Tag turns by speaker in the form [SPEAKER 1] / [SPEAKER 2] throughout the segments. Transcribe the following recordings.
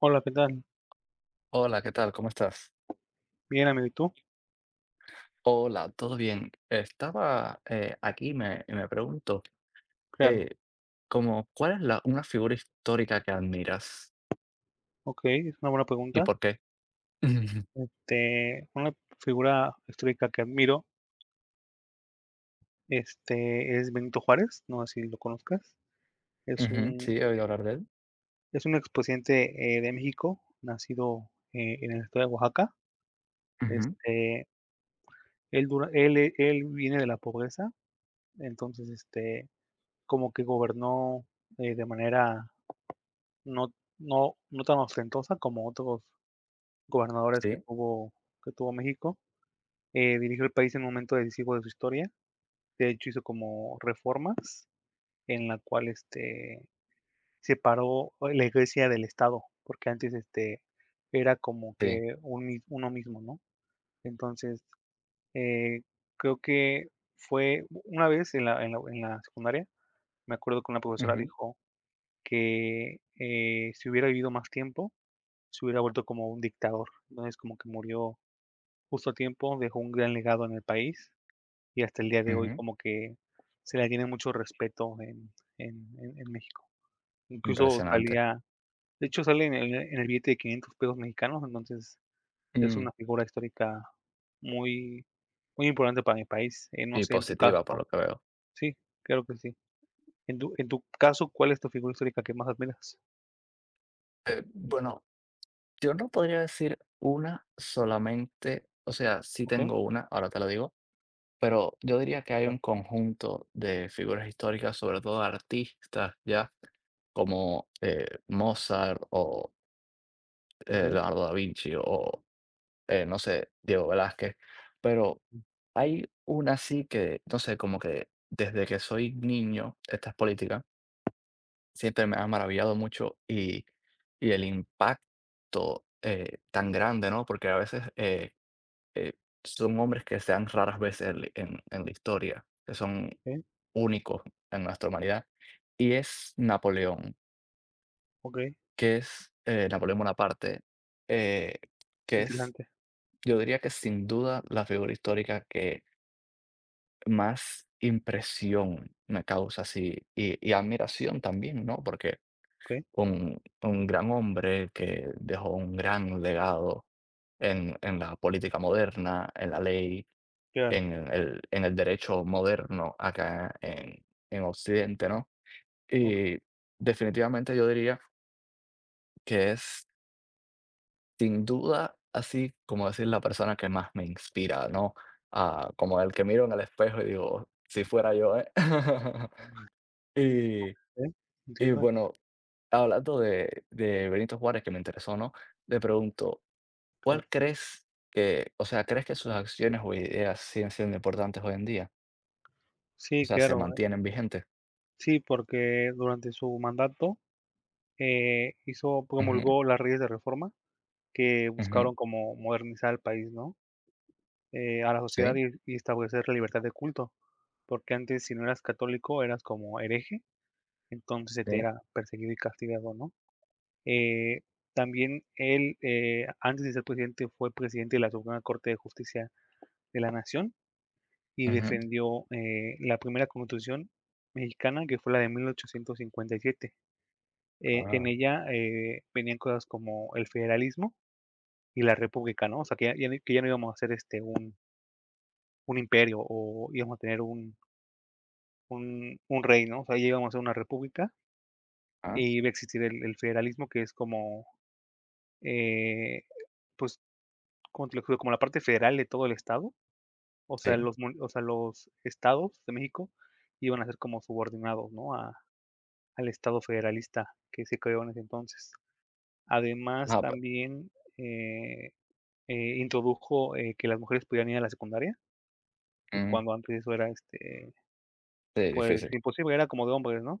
[SPEAKER 1] Hola, ¿qué tal?
[SPEAKER 2] Hola, ¿qué tal? ¿Cómo estás?
[SPEAKER 1] Bien, amigo, ¿y tú?
[SPEAKER 2] Hola, ¿todo bien? Estaba aquí y y me pregunto,
[SPEAKER 1] Claro,
[SPEAKER 2] eh, ¿cuál es una figura histórica que admiras
[SPEAKER 1] ok, es una buena
[SPEAKER 2] y
[SPEAKER 1] pregunta.
[SPEAKER 2] por qué? Ujú.
[SPEAKER 1] Una figura histórica que admiro, es Benito Juárez, no sé si lo conozcas. Es
[SPEAKER 2] Ujú,
[SPEAKER 1] un,
[SPEAKER 2] sí, he oído hablar de él.
[SPEAKER 1] es un expresidente de México, nacido en el estado de Oaxaca.
[SPEAKER 2] Ujú,
[SPEAKER 1] Este, él, dura- él, e- él viene de la pobreza, entonces, como que gobernó de manera no, no, tan ostentosa como otros gobernadores
[SPEAKER 2] sí,
[SPEAKER 1] que tuvo México. Dirigió el país en un momento decisivo de su historia. De hecho, hizo como reformas en la cual separó la iglesia del Estado, porque antes era como
[SPEAKER 2] sí.
[SPEAKER 1] que uno mismo, ¿no? Entonces, eh, creo que fue una vez en la secundaria, me acuerdo que una profesora
[SPEAKER 2] Ujú,
[SPEAKER 1] dijo que si hubiera vivido más tiempo, se hubiera vuelto como un dictador. Entonces, como que murió justo a tiempo, dejó un gran legado en el país y hasta el día de hoy
[SPEAKER 2] ujú.
[SPEAKER 1] como que se le tiene mucho respeto en México. Incluso
[SPEAKER 2] Impresionante.
[SPEAKER 1] salía, de hecho, sale en el billete de 500 pesos mexicanos, entonces es
[SPEAKER 2] Mm,
[SPEAKER 1] una figura histórica muy muy importante para mi país, no
[SPEAKER 2] y
[SPEAKER 1] sé en tu
[SPEAKER 2] positiva, por
[SPEAKER 1] caso.
[SPEAKER 2] lo que veo.
[SPEAKER 1] Sí, claro que sí. En tu caso, ¿cuál es tu figura histórica que más admiras?
[SPEAKER 2] Bueno, yo no podría decir una solamente, o sea, sí
[SPEAKER 1] Okey,
[SPEAKER 2] tengo una, ahora te lo digo, pero yo diría que hay
[SPEAKER 1] ya,
[SPEAKER 2] un conjunto de figuras históricas, sobre todo artistas, ¿ya? Como, Mozart o,
[SPEAKER 1] okey,
[SPEAKER 2] Leonardo da Vinci o, no sé, Diego Velázquez, pero hay una sí que, no sé, como que desde que soy niño, esta es política, siempre me ha maravillado mucho y el impacto tan grande, ¿no? Porque a veces eh, son hombres que se dan raras veces en, en la historia, que son
[SPEAKER 1] okey,
[SPEAKER 2] únicos en nuestra humanidad, y es Napoleón.
[SPEAKER 1] okey,
[SPEAKER 2] Que es, Napoleón Bonaparte, eh, que es,
[SPEAKER 1] interesante,
[SPEAKER 2] yo diría que sin duda la figura histórica que más impresión me causa, sí, y admiración también, ¿no? Porque
[SPEAKER 1] okey,
[SPEAKER 2] un gran hombre que dejó un gran legado en la política moderna, en la ley,
[SPEAKER 1] claro,
[SPEAKER 2] en en el derecho moderno acá en Occidente, ¿no? Y
[SPEAKER 1] okey,
[SPEAKER 2] definitivamente yo diría que es sin duda, así como decir la persona que más me inspira, ¿no? Ah, como el que miro en el espejo y digo: "Si fuera yo, ¿eh?". Y y
[SPEAKER 1] entiendo,
[SPEAKER 2] bueno, hablando de Benito Juárez, que me interesó, ¿no? Te pregunto,
[SPEAKER 1] claro.
[SPEAKER 2] ¿cuál crees que o sea, crees que sus acciones o ideas siguen siendo importantes hoy en día? O
[SPEAKER 1] Sí,
[SPEAKER 2] sea, ¿se
[SPEAKER 1] claro,
[SPEAKER 2] mantienen vigentes?
[SPEAKER 1] sí, porque durante su mandato hizo
[SPEAKER 2] Ujú,
[SPEAKER 1] promulgó las leyes de reforma que
[SPEAKER 2] ujú.
[SPEAKER 1] buscaron como modernizar al país, ¿no? A la sociedad
[SPEAKER 2] Sí,
[SPEAKER 1] y establecer la libertad de culto, porque antes si no eras católico eras como hereje, entonces se te
[SPEAKER 2] sí.
[SPEAKER 1] era perseguido y castigado, ¿no? Eh, También él, antes de ser presidente, fue presidente de la Suprema Corte de Justicia de la Nación y
[SPEAKER 2] Ujú.
[SPEAKER 1] defendió la primera constitución mexicana, que fue la de 1857. En
[SPEAKER 2] Ah,
[SPEAKER 1] ella venían cosas como el federalismo, y la república, ¿no? O sea, que ya no íbamos a ser, un imperio o íbamos a tener un rey, ¿no? O sea, ya íbamos a ser una república
[SPEAKER 2] ah,
[SPEAKER 1] y iba a existir el federalismo, que es como, eh, pues, ¿cómo te lo explico? Como la parte federal de todo el estado,
[SPEAKER 2] sí.
[SPEAKER 1] o sea, los estados de México iban a ser como subordinados, ¿no? A al estado federalista que se creó en ese entonces. Además,
[SPEAKER 2] Ah, pe
[SPEAKER 1] también, eh, introdujo, que las mujeres pudieran ir a la secundaria,
[SPEAKER 2] mm,
[SPEAKER 1] cuando antes eso era, este,
[SPEAKER 2] sí,
[SPEAKER 1] pues
[SPEAKER 2] difícil.
[SPEAKER 1] imposible, era como de hombres, ¿no?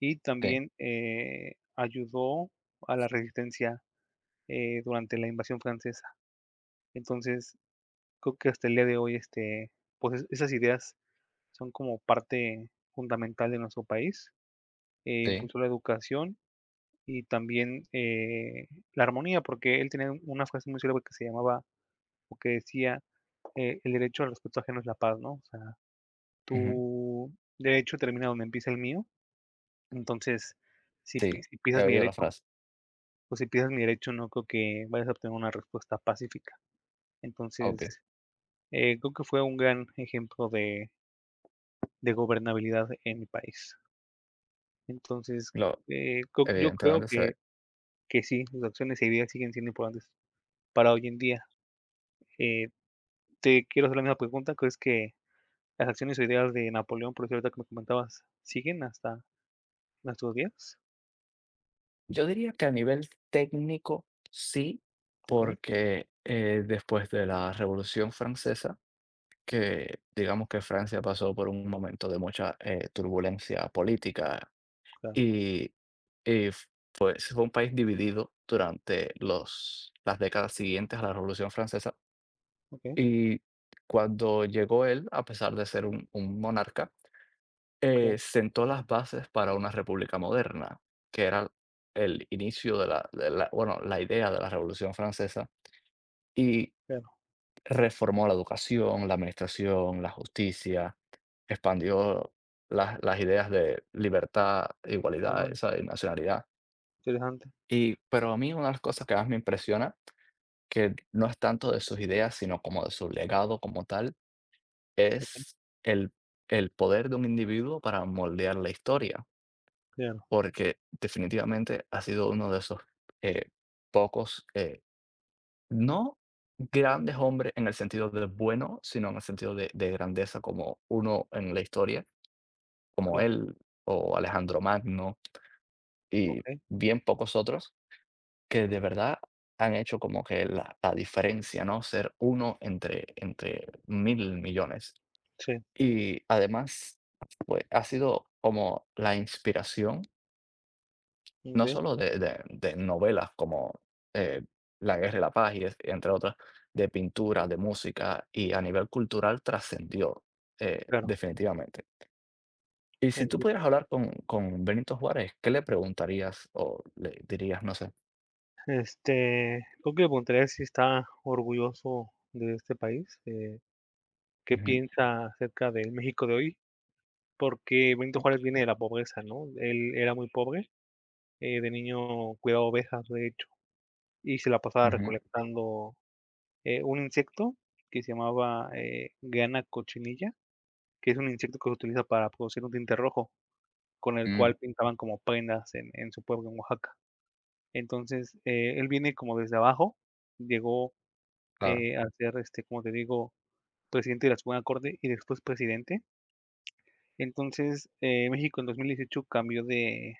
[SPEAKER 1] Y
[SPEAKER 2] Sí,
[SPEAKER 1] también, ayudó a la resistencia, durante la invasión francesa. Entonces, creo que hasta el día de hoy, pues, esas ideas son como parte fundamental de nuestro país,
[SPEAKER 2] sí.
[SPEAKER 1] impulsó la educación y también, la armonía, porque él tenía una frase muy célebre que se llamaba o que decía, "El derecho al respeto ajeno es la paz", ¿no? O sea, tu derecho termina donde empieza el mío. Entonces,
[SPEAKER 2] Sí,
[SPEAKER 1] si
[SPEAKER 2] he
[SPEAKER 1] pisas mi
[SPEAKER 2] oído la
[SPEAKER 1] derecho,
[SPEAKER 2] frase,
[SPEAKER 1] pues, si pisas mi derecho, no creo que vayas a obtener una respuesta pacífica.
[SPEAKER 2] obvio,
[SPEAKER 1] Entonces, creo que fue un gran ejemplo de gobernabilidad en mi país. Entonces,
[SPEAKER 2] lo
[SPEAKER 1] creo yo creo
[SPEAKER 2] evidentemente se ve.
[SPEAKER 1] que sí, sus acciones y ideas siguen siendo importantes para hoy en día. Eh, Te quiero hacer la misma pregunta, ¿crees que las acciones o ideas de Napoleón, por cierto, que me comentabas, siguen hasta nuestros días?
[SPEAKER 2] Yo diría que a nivel técnico sí,
[SPEAKER 1] Okey,
[SPEAKER 2] porque, después de la Revolución Francesa, que digamos que Francia pasó por un momento de mucha, turbulencia política
[SPEAKER 1] claro,
[SPEAKER 2] y y f pues fue un país dividido durante los las décadas siguientes a la Revolución Francesa,
[SPEAKER 1] okey,
[SPEAKER 2] y cuando llegó él, a pesar de ser un monarca
[SPEAKER 1] claro,
[SPEAKER 2] sentó las bases para una república moderna, que era el inicio de la, bueno, la idea de la Revolución Francesa, y
[SPEAKER 1] claro,
[SPEAKER 2] reformó la educación, la administración, la justicia, expandió las ideas de libertad, igualdad,
[SPEAKER 1] órale,
[SPEAKER 2] esa, y nacionalidad.
[SPEAKER 1] interesante,
[SPEAKER 2] Y, pero a mí una de las cosas que más me impresiona, que no es tanto de sus ideas, sino como de su legado como tal,
[SPEAKER 1] okey,
[SPEAKER 2] es el, el poder de un individuo para moldear la historia.
[SPEAKER 1] claro,
[SPEAKER 2] Porque definitivamente ha sido uno de esos, eh, pocos, no grandes hombres en el sentido de bueno, sino en el sentido de grandeza como uno en la historia, como
[SPEAKER 1] claro.
[SPEAKER 2] él o Alejandro Magno, y
[SPEAKER 1] Ok,
[SPEAKER 2] bien pocos otros que de verdad han hecho como que la diferencia, ¿no? Ser uno entre mil millones.
[SPEAKER 1] sí,
[SPEAKER 2] Y además, pues, ha sido como la inspiración. No
[SPEAKER 1] okey,
[SPEAKER 2] solo de de novelas como, eh, La guerra y la paz, y es entre otras, de pintura, de música, y a nivel cultural trascendió,
[SPEAKER 1] claro.
[SPEAKER 2] definitivamente. Y si tú
[SPEAKER 1] Enti
[SPEAKER 2] pudieras hablar con Benito Juárez, ¿qué le preguntarías o le dirías? No sé.
[SPEAKER 1] este, ¿tú qué le preguntarías si está orgulloso de este país? ¿Qué
[SPEAKER 2] Ujú,
[SPEAKER 1] piensa acerca del México de hoy? Porque Benito Juárez viene de la pobreza, ¿no? Él era muy pobre, de niño cuidaba ovejas, de hecho, y se la pasaba
[SPEAKER 2] ujú,
[SPEAKER 1] recolectando, un insecto que se llamaba, grana cochinilla, que es un insecto que se utiliza para producir un tinte rojo, con el
[SPEAKER 2] mm,
[SPEAKER 1] cual pintaban como prendas en su pueblo, en Oaxaca. Entonces, él viene como desde abajo, llegó,
[SPEAKER 2] claro,
[SPEAKER 1] a ser, como te digo, presidente de la Suprema Corte y después presidente. Entonces, México en 2018 cambió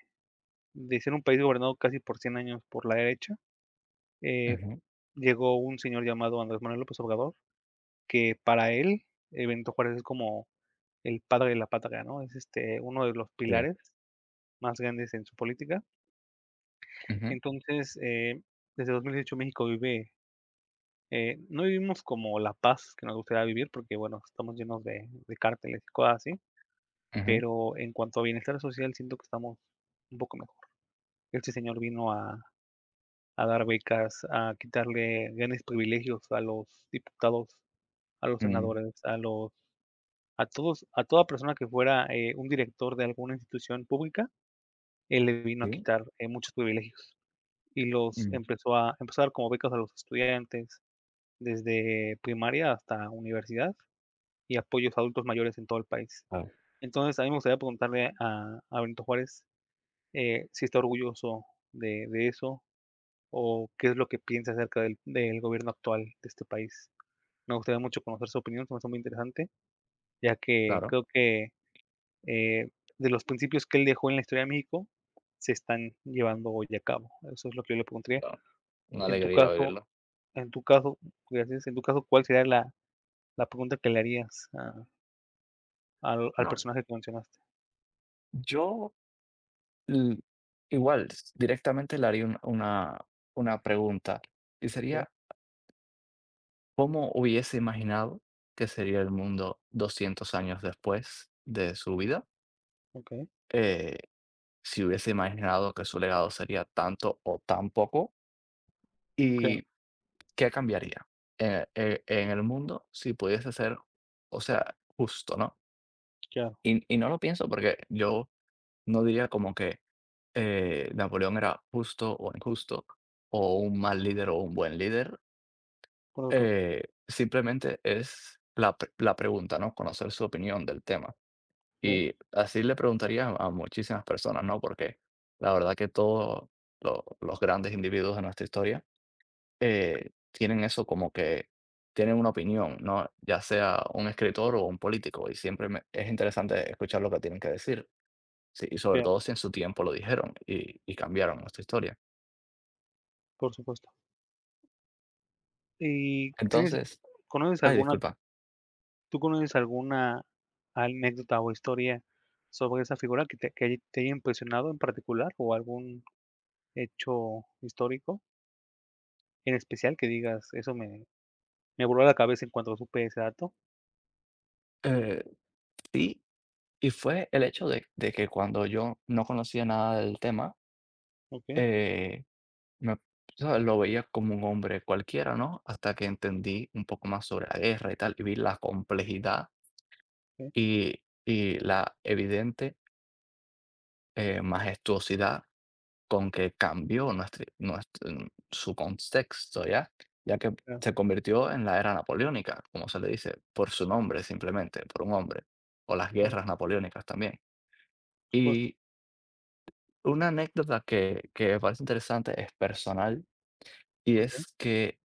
[SPEAKER 1] de ser un país gobernado casi por 100 años por la derecha, eh,
[SPEAKER 2] ujú,
[SPEAKER 1] llegó un señor llamado Andrés Manuel López Obrador, que para él, Benito Juárez es como el padre de la patria, ¿no? Es, uno de los
[SPEAKER 2] sí,
[SPEAKER 1] pilares más grandes en su política.
[SPEAKER 2] ujú,
[SPEAKER 1] Entonces, desde 2018 México vive. No vivimos como la paz que nos gustaría vivir porque, bueno, estamos llenos de cárteles y cosas así,
[SPEAKER 2] ujú,
[SPEAKER 1] pero en cuanto a bienestar social siento que estamos un poco mejor. Este señor vino a dar becas, a quitarle grandes privilegios a los diputados, a los
[SPEAKER 2] mm,
[SPEAKER 1] senadores, a los, a todos, a toda persona que fuera un director de alguna institución pública, él le vino a
[SPEAKER 2] sí,
[SPEAKER 1] quitar muchos privilegios y los
[SPEAKER 2] mm,
[SPEAKER 1] empezó a empezar como becas a los estudiantes desde primaria hasta universidad y apoyos a adultos mayores en todo el país.
[SPEAKER 2] claro,
[SPEAKER 1] Entonces, a mí me gustaría preguntarle a Benito Juárez si está orgulloso de eso o qué es lo que piensa acerca del, del gobierno actual de este país. Me gustaría mucho conocer su opinión, se me hace muy interesante, ya que
[SPEAKER 2] claro,
[SPEAKER 1] creo que eh, de los principios que él dejó en la historia de México se están llevando hoy a cabo. Eso es lo que yo le preguntaría.
[SPEAKER 2] claro. Una
[SPEAKER 1] En tu
[SPEAKER 2] alegría
[SPEAKER 1] caso,
[SPEAKER 2] oírlo.
[SPEAKER 1] en tu caso, gracias, en tu caso, ¿cuál sería la, la pregunta que le harías a- al, al
[SPEAKER 2] No,
[SPEAKER 1] personaje que mencionaste?
[SPEAKER 2] yo L igual, s directamente le haría un una pregunta, y
[SPEAKER 1] Ok,
[SPEAKER 2] sería, ¿cómo hubiese imaginado que sería el mundo 200 años después de su vida?
[SPEAKER 1] ok,
[SPEAKER 2] Eh, si hubiese imaginado que su legado sería tanto o tan poco,
[SPEAKER 1] claro.
[SPEAKER 2] ¿y qué cambiaría en en el mundo si pudiese ser, o sea, justo, no?
[SPEAKER 1] Claro,
[SPEAKER 2] Y no lo pienso porque yo no diría como que Napoleón era justo o injusto, o un mal líder o un buen líder,
[SPEAKER 1] por supuesto.
[SPEAKER 2] simplemente es la pregunta, ¿no? Conocer su opinión del tema.
[SPEAKER 1] Sí,
[SPEAKER 2] Y así le preguntaría a muchísimas personas, ¿no? Porque la verdad que todos los grandes individuos de nuestra historia tienen eso como que tienen una opinión, ¿no? Ya sea un escritor o un político, y siempre es interesante escuchar lo que tienen que decir, sí, y sobre
[SPEAKER 1] claro,
[SPEAKER 2] todo si en su tiempo lo dijeron y cambiaron nuestra historia.
[SPEAKER 1] por supuesto. ¿Y tienes
[SPEAKER 2] Entonces,
[SPEAKER 1] ¿Conoces
[SPEAKER 2] ay,
[SPEAKER 1] alguna
[SPEAKER 2] disculpa.
[SPEAKER 1] tú conoces alguna anécdota o historia sobre esa figura que te te haya impresionado en particular, o algún hecho histórico en especial que digas: "Eso me voló la cabeza en cuanto supe ese dato"?
[SPEAKER 2] Eh, sí, y fue el hecho de que cuando yo no conocía nada del tema,
[SPEAKER 1] Okey,
[SPEAKER 2] eh, me, ¿sabes? Lo veía como un hombre cualquiera, ¿no? Hasta que entendí un poco más sobre la guerra y tal, y vi la complejidad
[SPEAKER 1] sí,
[SPEAKER 2] y la evidente majestuosidad con que cambió nuestro, su contexto, ¿ya? Ya que
[SPEAKER 1] claro,
[SPEAKER 2] se convirtió en la era napoleónica, como se le dice, por su nombre simplemente, por un hombre, o las
[SPEAKER 1] claro,
[SPEAKER 2] guerras napoleónicas también.
[SPEAKER 1] por supuesto.
[SPEAKER 2] Y una anécdota que me parece interesante es personal, y
[SPEAKER 1] Okey,
[SPEAKER 2] es que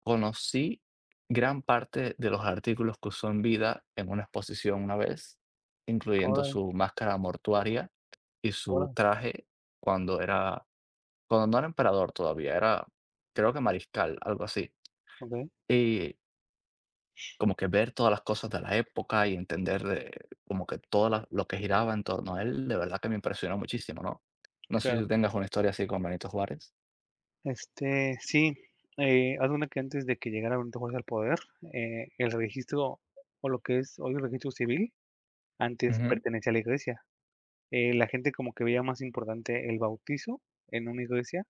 [SPEAKER 2] conocí gran parte de los artículos que usó en vida en una exposición una vez, incluyendo
[SPEAKER 1] órale,
[SPEAKER 2] su máscara mortuaria y su
[SPEAKER 1] órale,
[SPEAKER 2] traje cuando era cuando no era emperador todavía, era creo que mariscal, algo así.
[SPEAKER 1] okey,
[SPEAKER 2] Y como que ver todas las cosas de la época y entender de como que todo lo que giraba en torno a él, de verdad que me impresionó muchísimo, ¿no? No sé si tú
[SPEAKER 1] claro.
[SPEAKER 2] tengas una historia así con Benito Juárez.
[SPEAKER 1] Sí, haz de cuenta que antes de que llegara Benito Juárez al poder, eh, el registro, o lo que es hoy el registro civil, antes
[SPEAKER 2] Ujú.
[SPEAKER 1] pertenecía a la iglesia. La gente como que veía más importante el bautizo en una iglesia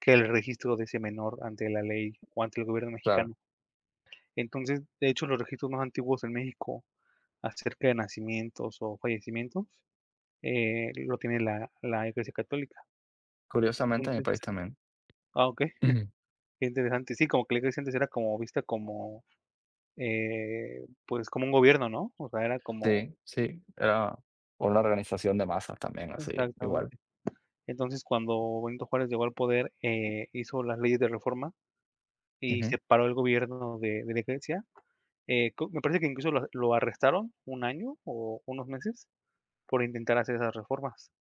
[SPEAKER 1] que el registro de ese menor ante la ley o ante el gobierno
[SPEAKER 2] Claro,
[SPEAKER 1] mexicano. Entonces, de hecho, los registros más antiguos en México acerca de nacimientos o fallecimientos lo tiene la iglesia católica.
[SPEAKER 2] curiosamente en mi
[SPEAKER 1] Entonces,
[SPEAKER 2] país también.
[SPEAKER 1] ah, ok,
[SPEAKER 2] Ujú.
[SPEAKER 1] qué interesante. Sí, como que la iglesia antes era como vista como pues, como un gobierno, ¿no? O sea, era como
[SPEAKER 2] Sí, sí, era una organización de masas también, así, igual.
[SPEAKER 1] exactamente. Entonces, cuando Benito Juárez llegó al poder, hizo las leyes de reforma y
[SPEAKER 2] Ujú.
[SPEAKER 1] separó el gobierno de la iglesia. Co me parece que incluso lo arrestaron un año o unos meses por intentar hacer esas reformas.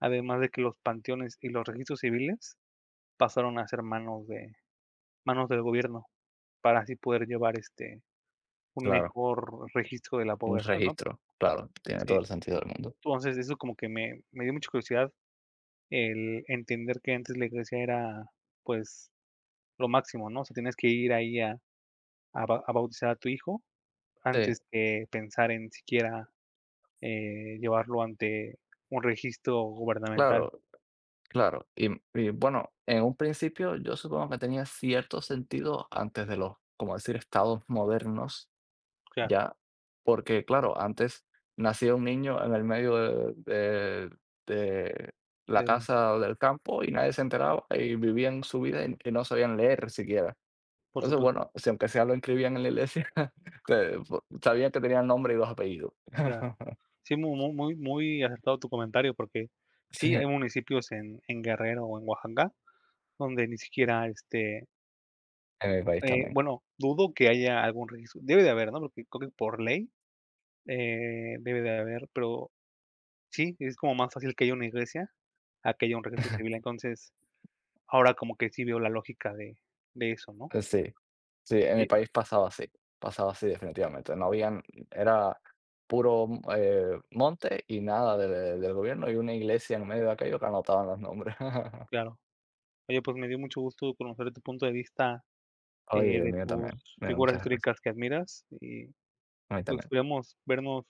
[SPEAKER 1] Además de que los panteones y los registros civiles pasaron a ser manos de manos del gobierno para así poder llevar, un
[SPEAKER 2] Claro,
[SPEAKER 1] mejor registro de la
[SPEAKER 2] un
[SPEAKER 1] población, ¿no?
[SPEAKER 2] registro, claro, tiene todo
[SPEAKER 1] Sí.
[SPEAKER 2] el sentido del mundo.
[SPEAKER 1] Entonces, eso como que me dio mucha curiosidad el entender que antes la iglesia era, pues, lo máximo, ¿no? O sea, tienes que ir ahí a ba a bautizar a tu hijo antes
[SPEAKER 2] Sí,
[SPEAKER 1] de pensar en siquiera, llevarlo ante un registro gubernamental.
[SPEAKER 2] claro. Claro, y bueno, en un principio yo supongo que tenía cierto sentido antes de los, como decir, estados modernos,
[SPEAKER 1] Claro,
[SPEAKER 2] ya, porque claro, antes nacía un niño en el medio de, de la
[SPEAKER 1] de la
[SPEAKER 2] casa del campo y nadie se enteraba y vivían su vida y no sabían leer siquiera.
[SPEAKER 1] por
[SPEAKER 2] Entonces,
[SPEAKER 1] supuesto,
[SPEAKER 2] bueno, si aunque sea lo inscribían en la iglesia, te- sabían que tenían nombre y dos apellidos.
[SPEAKER 1] claro. Sí, mu mu muy muy acertado tu comentario, porque sí,
[SPEAKER 2] Sí,
[SPEAKER 1] hay municipios en Guerrero o en Oaxaca donde ni siquiera,
[SPEAKER 2] en mi país también.
[SPEAKER 1] bueno, dudo que haya algún registro. Debe de haber, ¿no? Porque creo que por ley, debe de haber, pero sí, es como más fácil que haya una iglesia, a que haya un registro civil. Entonces, ahora como que sí veo la lógica de eso, ¿no?
[SPEAKER 2] Sí. Sí, en mi
[SPEAKER 1] Sí,
[SPEAKER 2] país pasaba así definitivamente. No habían era puro, monte y nada de del gobierno y una iglesia en medio de aquello que anotaban los nombres.
[SPEAKER 1] claro. Oye, pues me dio mucho gusto conocer tu punto de vista,
[SPEAKER 2] Oye, el
[SPEAKER 1] de
[SPEAKER 2] mío
[SPEAKER 1] tus
[SPEAKER 2] también. Mira,
[SPEAKER 1] figuras
[SPEAKER 2] muchas gracias.
[SPEAKER 1] históricas que admiras y,
[SPEAKER 2] A mí
[SPEAKER 1] pues,
[SPEAKER 2] también.
[SPEAKER 1] esperemos vernos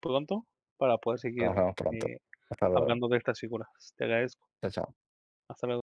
[SPEAKER 1] pronto para poder seguir,
[SPEAKER 2] Nos vemos pronto.
[SPEAKER 1] eh,
[SPEAKER 2] Hasta luego.
[SPEAKER 1] hablando de estas figuras. Te agradezco.
[SPEAKER 2] Chao, chao.
[SPEAKER 1] Hasta luego.